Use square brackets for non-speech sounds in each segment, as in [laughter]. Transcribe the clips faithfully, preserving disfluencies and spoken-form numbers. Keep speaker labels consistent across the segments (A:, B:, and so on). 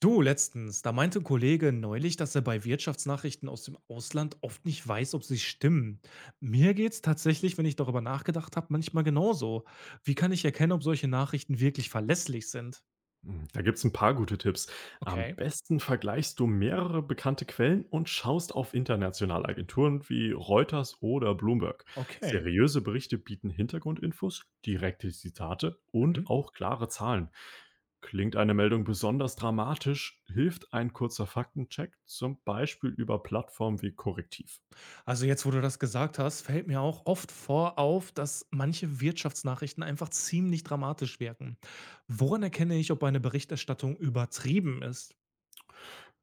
A: Du, letztens, da meinte ein Kollege neulich, dass er bei Wirtschaftsnachrichten aus dem Ausland oft nicht weiß, ob sie stimmen. Mir geht's tatsächlich, wenn ich darüber nachgedacht habe, manchmal genauso. Wie kann ich erkennen, ob solche Nachrichten wirklich verlässlich sind?
B: Hm, da gibt es ein paar gute Tipps. Am
A: Okay.
B: besten vergleichst du mehrere bekannte Quellen und schaust auf internationale Agenturen wie Reuters oder Bloomberg.
A: Okay.
B: Seriöse Berichte bieten Hintergrundinfos, direkte Zitate und
A: Mhm.
B: auch klare Zahlen. Klingt eine Meldung besonders dramatisch, hilft ein kurzer Faktencheck, zum Beispiel über Plattformen wie Korrektiv.
A: Also jetzt, wo du das gesagt hast, fällt mir auch oft vor auf, dass manche Wirtschaftsnachrichten einfach ziemlich dramatisch wirken. Woran erkenne ich, ob eine Berichterstattung übertrieben ist?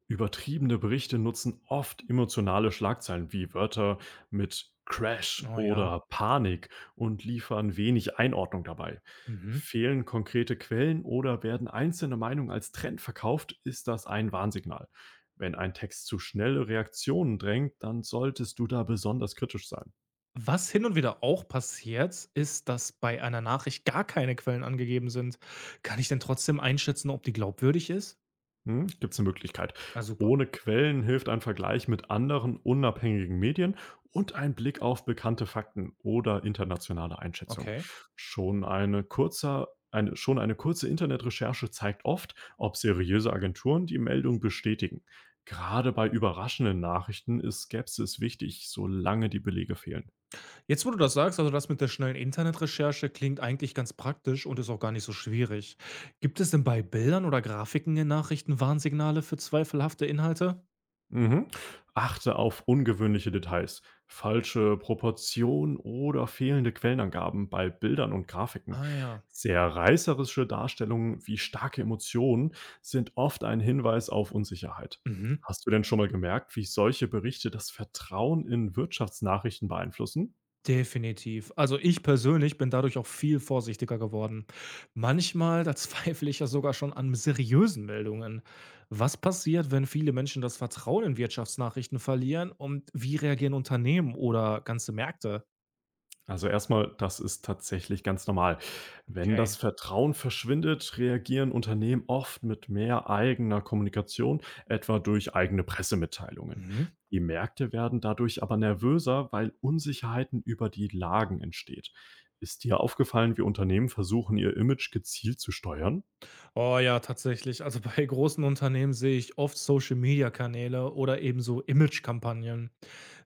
B: Übertriebene Berichte nutzen oft emotionale Schlagzeilen wie Wörter mit Crash
A: Oh ja.
B: oder Panik und liefern wenig Einordnung dabei.
A: Mhm.
B: Fehlen konkrete Quellen oder werden einzelne Meinungen als Trend verkauft, ist das ein Warnsignal. Wenn ein Text zu schnelle Reaktionen drängt, dann solltest du da besonders kritisch sein.
A: Was hin und wieder auch passiert, ist, dass bei einer Nachricht gar keine Quellen angegeben sind. Kann ich denn trotzdem einschätzen, ob die glaubwürdig ist?
B: Hm, gibt's eine Möglichkeit.
A: Ah, super.
B: Ohne Quellen hilft ein Vergleich mit anderen unabhängigen Medien und ein Blick auf bekannte Fakten oder internationale Einschätzungen.
A: Okay.
B: Schon eine kurze, eine schon eine kurze Internetrecherche zeigt oft, ob seriöse Agenturen die Meldung bestätigen. Gerade bei überraschenden Nachrichten ist Skepsis wichtig, solange die Belege fehlen.
A: Jetzt, wo du das sagst, also das mit der schnellen Internetrecherche klingt eigentlich ganz praktisch und ist auch gar nicht so schwierig. Gibt es denn bei Bildern oder Grafiken in Nachrichten Warnsignale für zweifelhafte Inhalte?
B: Mhm. Achte auf ungewöhnliche Details, falsche Proportionen oder fehlende Quellenangaben bei Bildern und Grafiken.
A: Ah ja.
B: Sehr reißerische Darstellungen wie starke Emotionen sind oft ein Hinweis auf Unsicherheit.
A: Mhm.
B: Hast du denn schon mal gemerkt, wie solche Berichte das Vertrauen in Wirtschaftsnachrichten beeinflussen?
A: Definitiv. Also, ich persönlich bin dadurch auch viel vorsichtiger geworden. Manchmal, da [laughs] zweifle ich ja sogar schon an seriösen Meldungen. Was passiert, wenn viele Menschen das Vertrauen in Wirtschaftsnachrichten verlieren, und wie reagieren Unternehmen oder ganze Märkte?
B: Also erstmal, das ist tatsächlich ganz normal. Wenn
A: Okay.
B: das Vertrauen verschwindet, reagieren Unternehmen oft mit mehr eigener Kommunikation, etwa durch eigene Pressemitteilungen.
A: Mhm.
B: Die Märkte werden dadurch aber nervöser, weil Unsicherheiten über die Lagen entsteht. Ist dir aufgefallen, wie Unternehmen versuchen, ihr Image gezielt zu steuern?
A: Oh ja, tatsächlich. Also [laughs] bei großen Unternehmen sehe ich oft Social-Media-Kanäle oder ebenso Image-Kampagnen.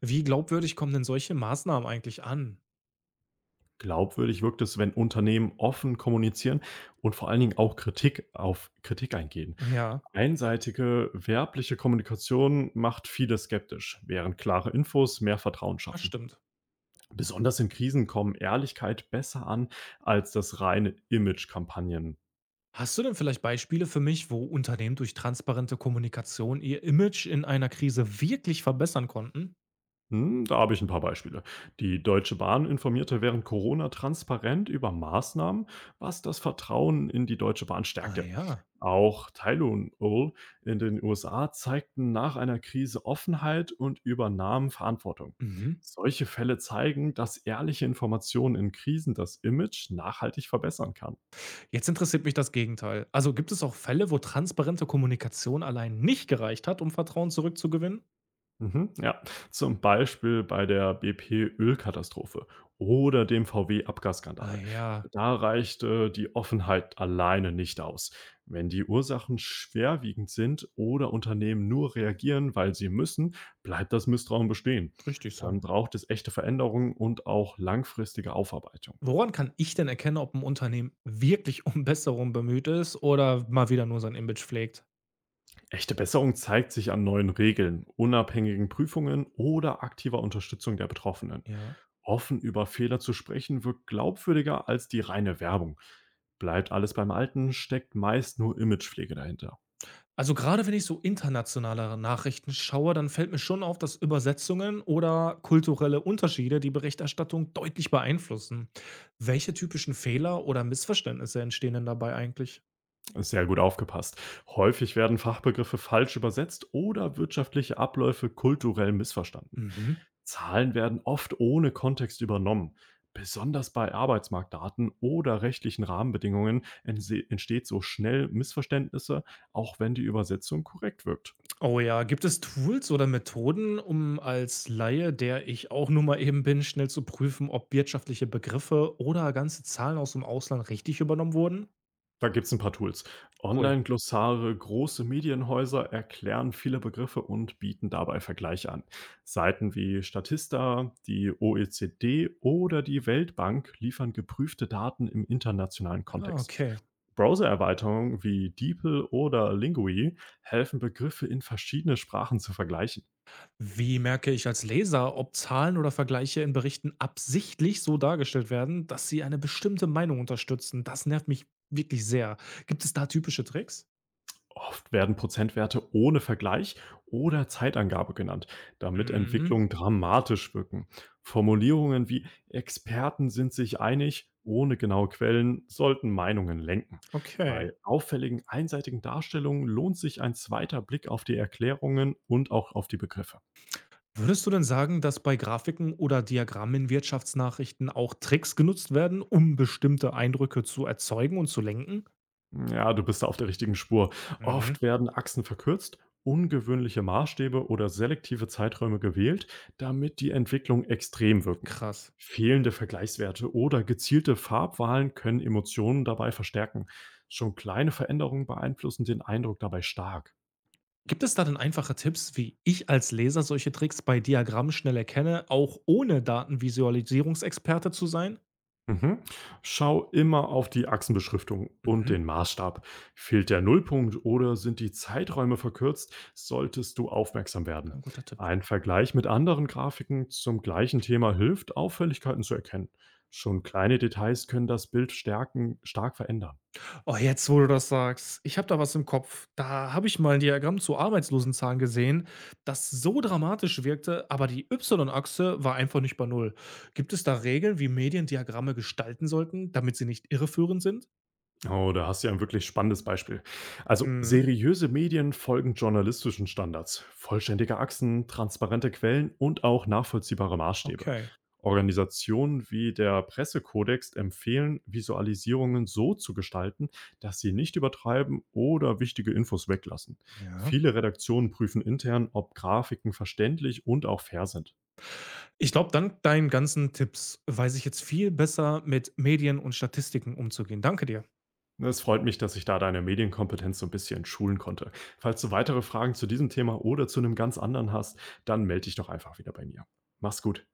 A: Wie glaubwürdig kommen denn solche Maßnahmen eigentlich an?
B: Glaubwürdig wirkt es, wenn Unternehmen offen kommunizieren und vor allen Dingen auch Kritik auf Kritik eingehen.
A: Ja,
B: Einseitige werbliche Kommunikation macht viele skeptisch, während klare Infos mehr Vertrauen
A: das
B: schaffen.
A: stimmt.
B: Besonders in Krisen kommen Ehrlichkeit besser an als das reine Image-Kampagnen.
A: Hast du denn vielleicht Beispiele für mich, wo Unternehmen durch transparente Kommunikation ihr Image in einer Krise wirklich verbessern konnten?
B: Hm, da habe ich ein paar Beispiele. Die Deutsche Bahn informierte während Corona transparent über Maßnahmen, was das Vertrauen in die Deutsche Bahn
A: Ah
B: stärkte.
A: ja.
B: Auch Tylenol und Owl in den U S A zeigten nach einer Krise Offenheit und übernahmen Verantwortung.
A: Mhm.
B: Solche Fälle zeigen, dass ehrliche Informationen in Krisen das Image nachhaltig verbessern kann.
A: Jetzt interessiert mich das Gegenteil. Also, gibt es auch Fälle, wo transparente Kommunikation allein nicht gereicht hat, um Vertrauen zurückzugewinnen?
B: Mhm, ja, zum Beispiel bei der B P-Ölkatastrophe oder dem
A: Ah
B: V W-Abgasskandal.
A: ja,
B: Da reichte die Offenheit alleine nicht aus. Wenn die Ursachen schwerwiegend sind oder Unternehmen nur reagieren, weil sie müssen, bleibt das Misstrauen bestehen.
A: richtig so.
B: Dann braucht es echte Veränderungen und auch langfristige Aufarbeitung.
A: Woran kann ich denn erkennen, ob ein Unternehmen wirklich um Besserung bemüht ist oder mal wieder nur sein Image pflegt?
B: Echte Besserung zeigt sich an neuen Regeln, unabhängigen Prüfungen oder aktiver Unterstützung der Betroffenen.
A: Ja.
B: Offen über Fehler zu sprechen wirkt glaubwürdiger als die reine Werbung. Bleibt alles beim Alten, steckt meist nur Imagepflege dahinter.
A: Also, gerade wenn ich so internationale Nachrichten schaue, dann fällt mir schon auf, dass Übersetzungen oder kulturelle Unterschiede die Berichterstattung deutlich beeinflussen. Welche typischen Fehler oder Missverständnisse entstehen denn dabei eigentlich?
B: Sehr gut aufgepasst. Häufig werden Fachbegriffe falsch übersetzt oder wirtschaftliche Abläufe kulturell missverstanden.
A: Mhm.
B: Zahlen werden oft ohne Kontext übernommen. Besonders bei Arbeitsmarktdaten oder rechtlichen Rahmenbedingungen entse- entsteht so schnell Missverständnisse, auch wenn die Übersetzung korrekt wirkt.
A: Oh ja, gibt es Tools oder Methoden, um als Laie, der ich auch nur mal eben bin, schnell zu prüfen, ob wirtschaftliche Begriffe oder ganze Zahlen aus dem Ausland richtig übernommen wurden?
B: Da gibt's ein paar Tools.
A: Cool.
B: Online-Glossare, große Medienhäuser erklären viele Begriffe und bieten dabei Vergleiche an. Seiten wie Statista, die O E C D oder die Weltbank liefern geprüfte Daten im internationalen
A: Ah,
B: Kontext.
A: okay.
B: Browser-Erweiterungen wie DeepL oder Lingui helfen, Begriffe in verschiedene Sprachen zu vergleichen.
A: Wie merke ich als Leser, ob Zahlen oder Vergleiche in Berichten absichtlich so dargestellt werden, dass sie eine bestimmte Meinung unterstützen? Das nervt mich wirklich sehr. Gibt es da typische Tricks?
B: Oft werden Prozentwerte ohne Vergleich oder Zeitangabe genannt, damit
A: Mhm.
B: Entwicklungen dramatisch wirken. Formulierungen wie Experten sind sich einig ohne genaue Quellen sollten Meinungen lenken.
A: Okay.
B: Bei auffälligen einseitigen Darstellungen lohnt sich ein zweiter Blick auf die Erklärungen und auch auf die Begriffe.
A: Würdest du denn sagen, dass bei Grafiken oder Diagrammen in Wirtschaftsnachrichten auch Tricks genutzt werden, um bestimmte Eindrücke zu erzeugen und zu lenken?
B: Ja, du bist da auf der richtigen Spur.
A: Mhm.
B: Oft werden Achsen verkürzt, ungewöhnliche Maßstäbe oder selektive Zeiträume gewählt, damit die Entwicklung extrem wirken.
A: Krass.
B: Fehlende Vergleichswerte oder gezielte Farbwahlen können Emotionen dabei verstärken. Schon kleine Veränderungen beeinflussen den Eindruck dabei stark.
A: Gibt es da denn einfache Tipps, wie ich als Leser solche Tricks bei Diagrammen schnell erkenne, auch ohne Datenvisualisierungsexperte zu sein?
B: Mhm. Schau immer auf die Achsenbeschriftung und den Maßstab. Fehlt der Nullpunkt oder sind die Zeiträume verkürzt, solltest du aufmerksam werden.
A: Ein guter Tipp.
B: Ein Vergleich mit anderen Grafiken zum gleichen Thema hilft, Auffälligkeiten zu erkennen. Schon kleine Details können das Bild stärken, stark verändern.
A: Oh, jetzt, wo du das sagst, ich habe da was im Kopf. Da habe ich mal 'n Diagramm zu Arbeitslosenzahlen gesehen, das so dramatisch wirkte, aber die Ypsilon-Achse war einfach nicht bei Null. Gibt es da Regeln, wie Medien Diagramme gestalten sollten, damit sie nicht irreführend sind?
B: Oh, da hast du ja ein wirklich spannendes Beispiel. Also
A: Mhm.
B: seriöse Medien folgen journalistischen Standards, vollständige Achsen, transparente Quellen und auch nachvollziehbare Maßstäbe.
A: Okay,
B: Organisationen wie der Pressekodex empfehlen, Visualisierungen so zu gestalten, dass sie nicht übertreiben oder wichtige Infos weglassen.
A: ja.
B: Viele Redaktionen prüfen intern, ob Grafiken verständlich und auch fair sind.
A: Ich glaube, dank deinen ganzen Tipps weiß ich jetzt viel besser, mit Medien und Statistiken umzugehen. Danke dir.
B: Ne, es freut mich, dass ich da deine Medienkompetenz so ein bisschen schulen konnte. Falls du weitere Fragen zu diesem Thema oder zu einem ganz anderen hast, dann melde dich doch einfach wieder bei mir. Mach's gut.